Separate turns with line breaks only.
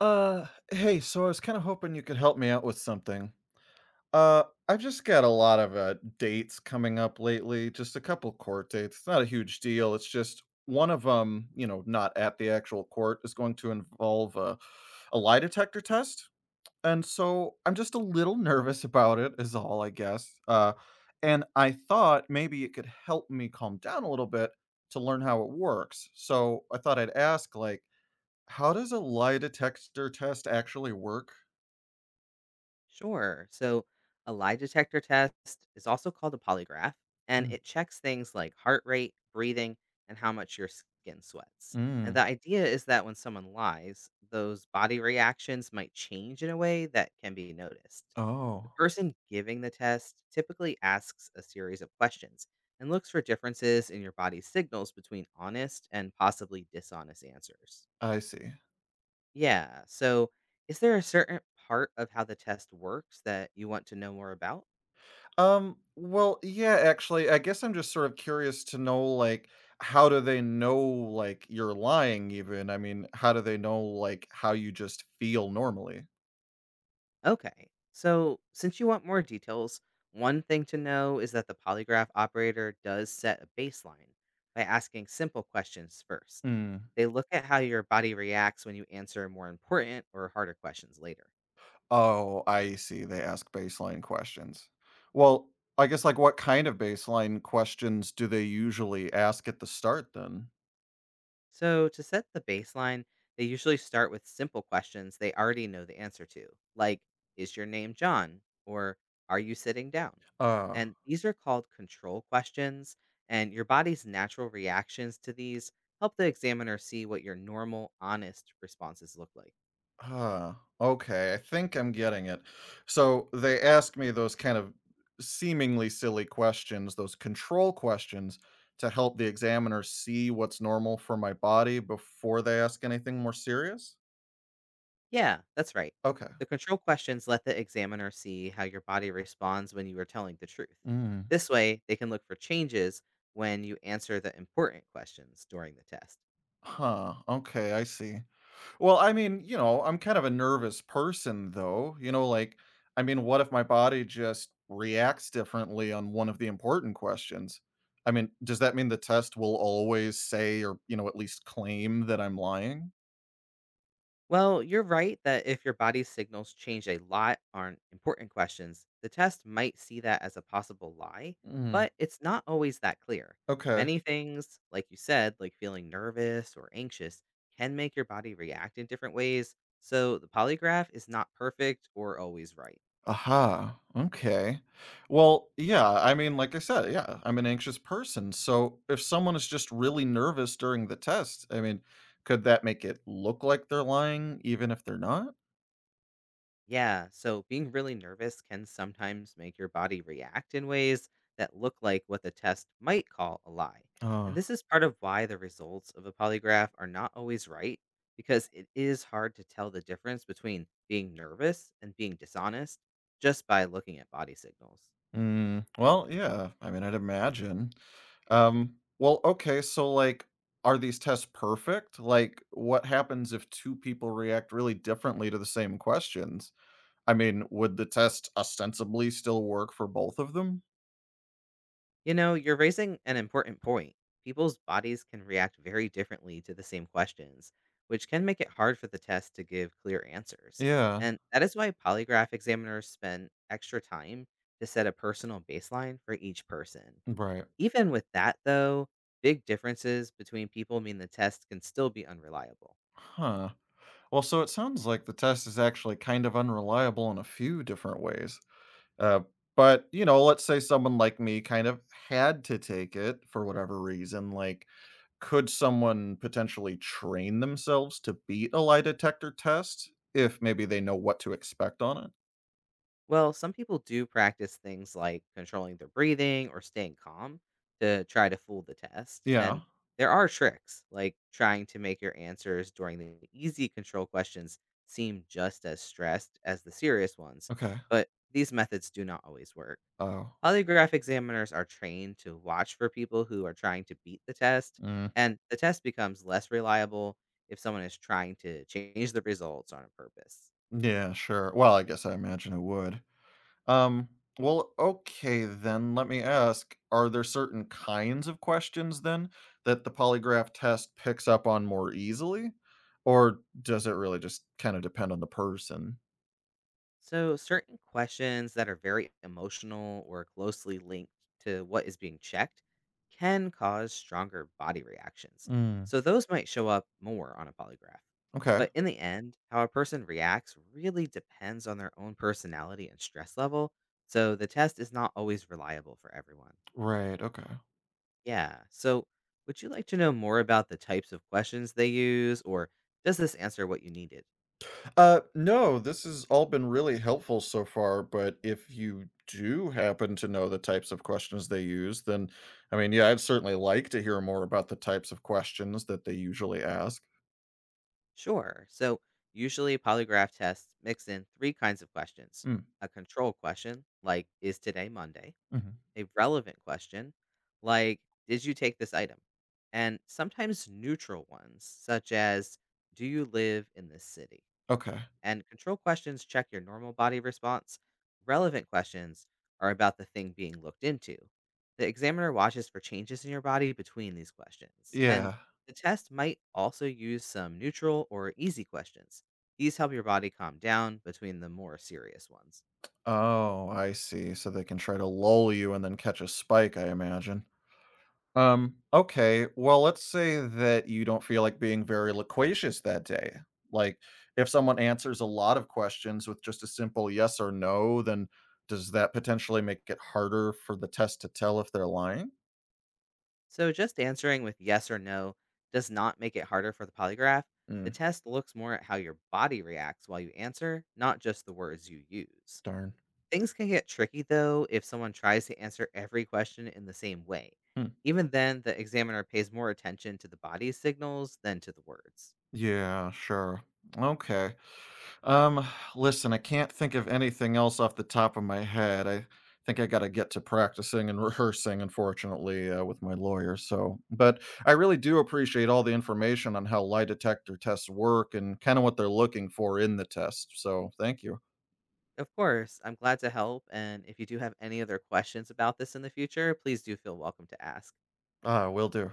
Uh, Hey, so I was kind of hoping you could help me out with something. I've just got a lot of dates coming up lately, just a couple court dates. It's not a huge deal. It's just one of them, you know, not at the actual court, is going to involve a lie detector test. And so I'm just a little nervous about it, is all, I guess. And I thought maybe it could help me calm down a little bit to learn how it works. So I thought I'd ask, like, how does a lie detector test actually work?
Sure. So, a lie detector test is also called a polygraph, and
Mm,
it checks things like heart rate, breathing, and how much your skin sweats. And the
mm.
idea is that when someone lies, those body reactions might change in a way that can be noticed. The
Oh,
person giving the test typically asks a series of questions and looks for differences in your body's signals between honest and possibly dishonest answers.
I see.
Yeah. So, is there a certain part of how the test works that you want to know more about?
Well, yeah, actually, I guess I'm just sort of curious to know, like, how do they know, like, you're lying even? I mean, how do they know, like, how you just feel normally?
Okay. So, since you want more details, one thing to know is that the polygraph operator does set a baseline by asking simple questions first.
Mm.
They look at how your body reacts when you answer more important or harder questions later.
Oh, I see. They ask baseline questions. Well, I guess, like, what kind of baseline questions do they usually ask at the start then?
So, to set the baseline, they usually start with simple questions they already know the answer to, like, Is your name John? Or Are you sitting down? And these are called control questions, and your body's natural reactions to these help the examiner see what your normal, honest responses look like.
Huh, okay, I think I'm getting it. So, they ask me those kind of seemingly silly questions, those control questions to help the examiner see what's normal for my body before they ask anything more serious?
Yeah, that's right.
Okay.
The control questions let the examiner see how your body responds when you are telling the truth.
Mm.
This way, they can look for changes when you answer the important questions during the test.
Huh, okay, I see. Well, I mean, you know, I'm kind of a nervous person though. You know, like, I mean, what if my body just reacts differently on one of the important questions? I mean, does that mean the test will always say or, you know, at least claim that I'm lying?
Well, you're right that if your body's signals change a lot on important questions, the test might see that as a possible lie,
Mhm.
but it's not always that clear.
Okay.
Many things, like you said, like feeling nervous or anxious, can make your body react in different ways, so the polygraph is not perfect or always right.
Aha. Okay. Well, yeah, I mean, like I said, yeah, I'm an anxious person. So if someone is just really nervous during the test, I mean, could that make it look like they're lying even if they're
Yeah, so being really nervous can sometimes make your body react in ways that look like what the test might call a lie. And
not?
this is part of why the results of a polygraph are not always right, because it is hard to tell the difference between being nervous and being dishonest just by looking at body signals.
Mm, well, yeah. I mean, I'd imagine. Well, okay. So, like, are these tests perfect? Like, what happens if two people react really differently to the same questions? I mean, would the test ostensibly still work for both of them?
You know, you're raising an important point. People's bodies can react very differently to the same questions, which can make it hard for the test to give clear answers.
Yeah.
And that is why polygraph examiners spend extra time to set a personal baseline for each person.
Right.
Even with that, though, big differences between people mean the test can still be unreliable.
Huh. Well, so it sounds like the test is actually kind of unreliable in a few different ways. Uh, but, you know, let's say someone like me kind of had to take it for whatever reason, like, could someone potentially train themselves to beat a lie detector test if maybe they know what to expect on it?
Well, some people do practice things like controlling their breathing or staying calm to try to fool the test.
Yeah.
And there are tricks, like trying to make your answers during the easy control questions seem just as stressed as the serious ones,
Okay.
but these methods do not always work.
Oh.
Polygraph examiners are trained to watch for people who are trying to beat the test,
Mm.
and the test becomes less reliable if someone is trying to change the results on purpose.
Yeah, sure. Well, I guess I imagine it would. Um, well, okay then, let me ask, are there certain kinds of questions then that the polygraph test picks up on more easily? Or does it really just kind of depend on the person?
So, certain questions that are very emotional or closely linked to what is being checked can cause stronger body reactions.
Mm.
So, those might show up more on a polygraph.
Okay.
But in the end, how a person reacts really depends on their own personality and stress level. So, the test is not always reliable for everyone.
Right, okay.
Yeah. So, would you like to know more about the types of questions they use, or does this answer what you needed?
No, this has all been really helpful so far, but if you do happen to know the types of questions they use, then I mean, yeah, I'd certainly like to hear more about the types of questions that they usually ask.
Sure. So, usually polygraph tests mix in three kinds of questions:
Mm,
a control question, like, is today Monday?
mhm.
A relevant question, like, did you take this item? And sometimes neutral ones, such as, do you live in this city?
Okay.
And control questions check your normal body response. Relevant questions are about the thing being looked into. The examiner watches for changes in your body between these questions. And
Yeah.
the test might also use some neutral or easy questions. These help your body calm down between the more serious ones.
Oh, I see. So they can try to lull you and then catch a spike, I imagine. Okay. Well, let's say that you don't feel like being very loquacious that day. Like, if someone answers a lot of questions with just a simple yes or no, then does that potentially make it harder for the test to tell if they're lying?
So just answering with yes or no does not make it harder for the polygraph. The
Mm,
test looks more at how your body reacts while you answer, not just the words you use.
darn.
Things can get tricky though if someone tries to answer every question in the same way.
Hmm.
Even then, the examiner pays more attention to the body signals than to the words.
Yeah, sure. Okay. Um, Listen, I can't think of anything else off the top of my head. I think I got to get to practicing and rehearsing, unfortunately, with my lawyer. So, but I really do appreciate all the information on how lie detector tests work and kind of what they're looking for in the test. So, thank you.
Of course, I'm glad to help, and if you do have any other questions about this in the future, please do feel welcome to ask.
Ah, will do.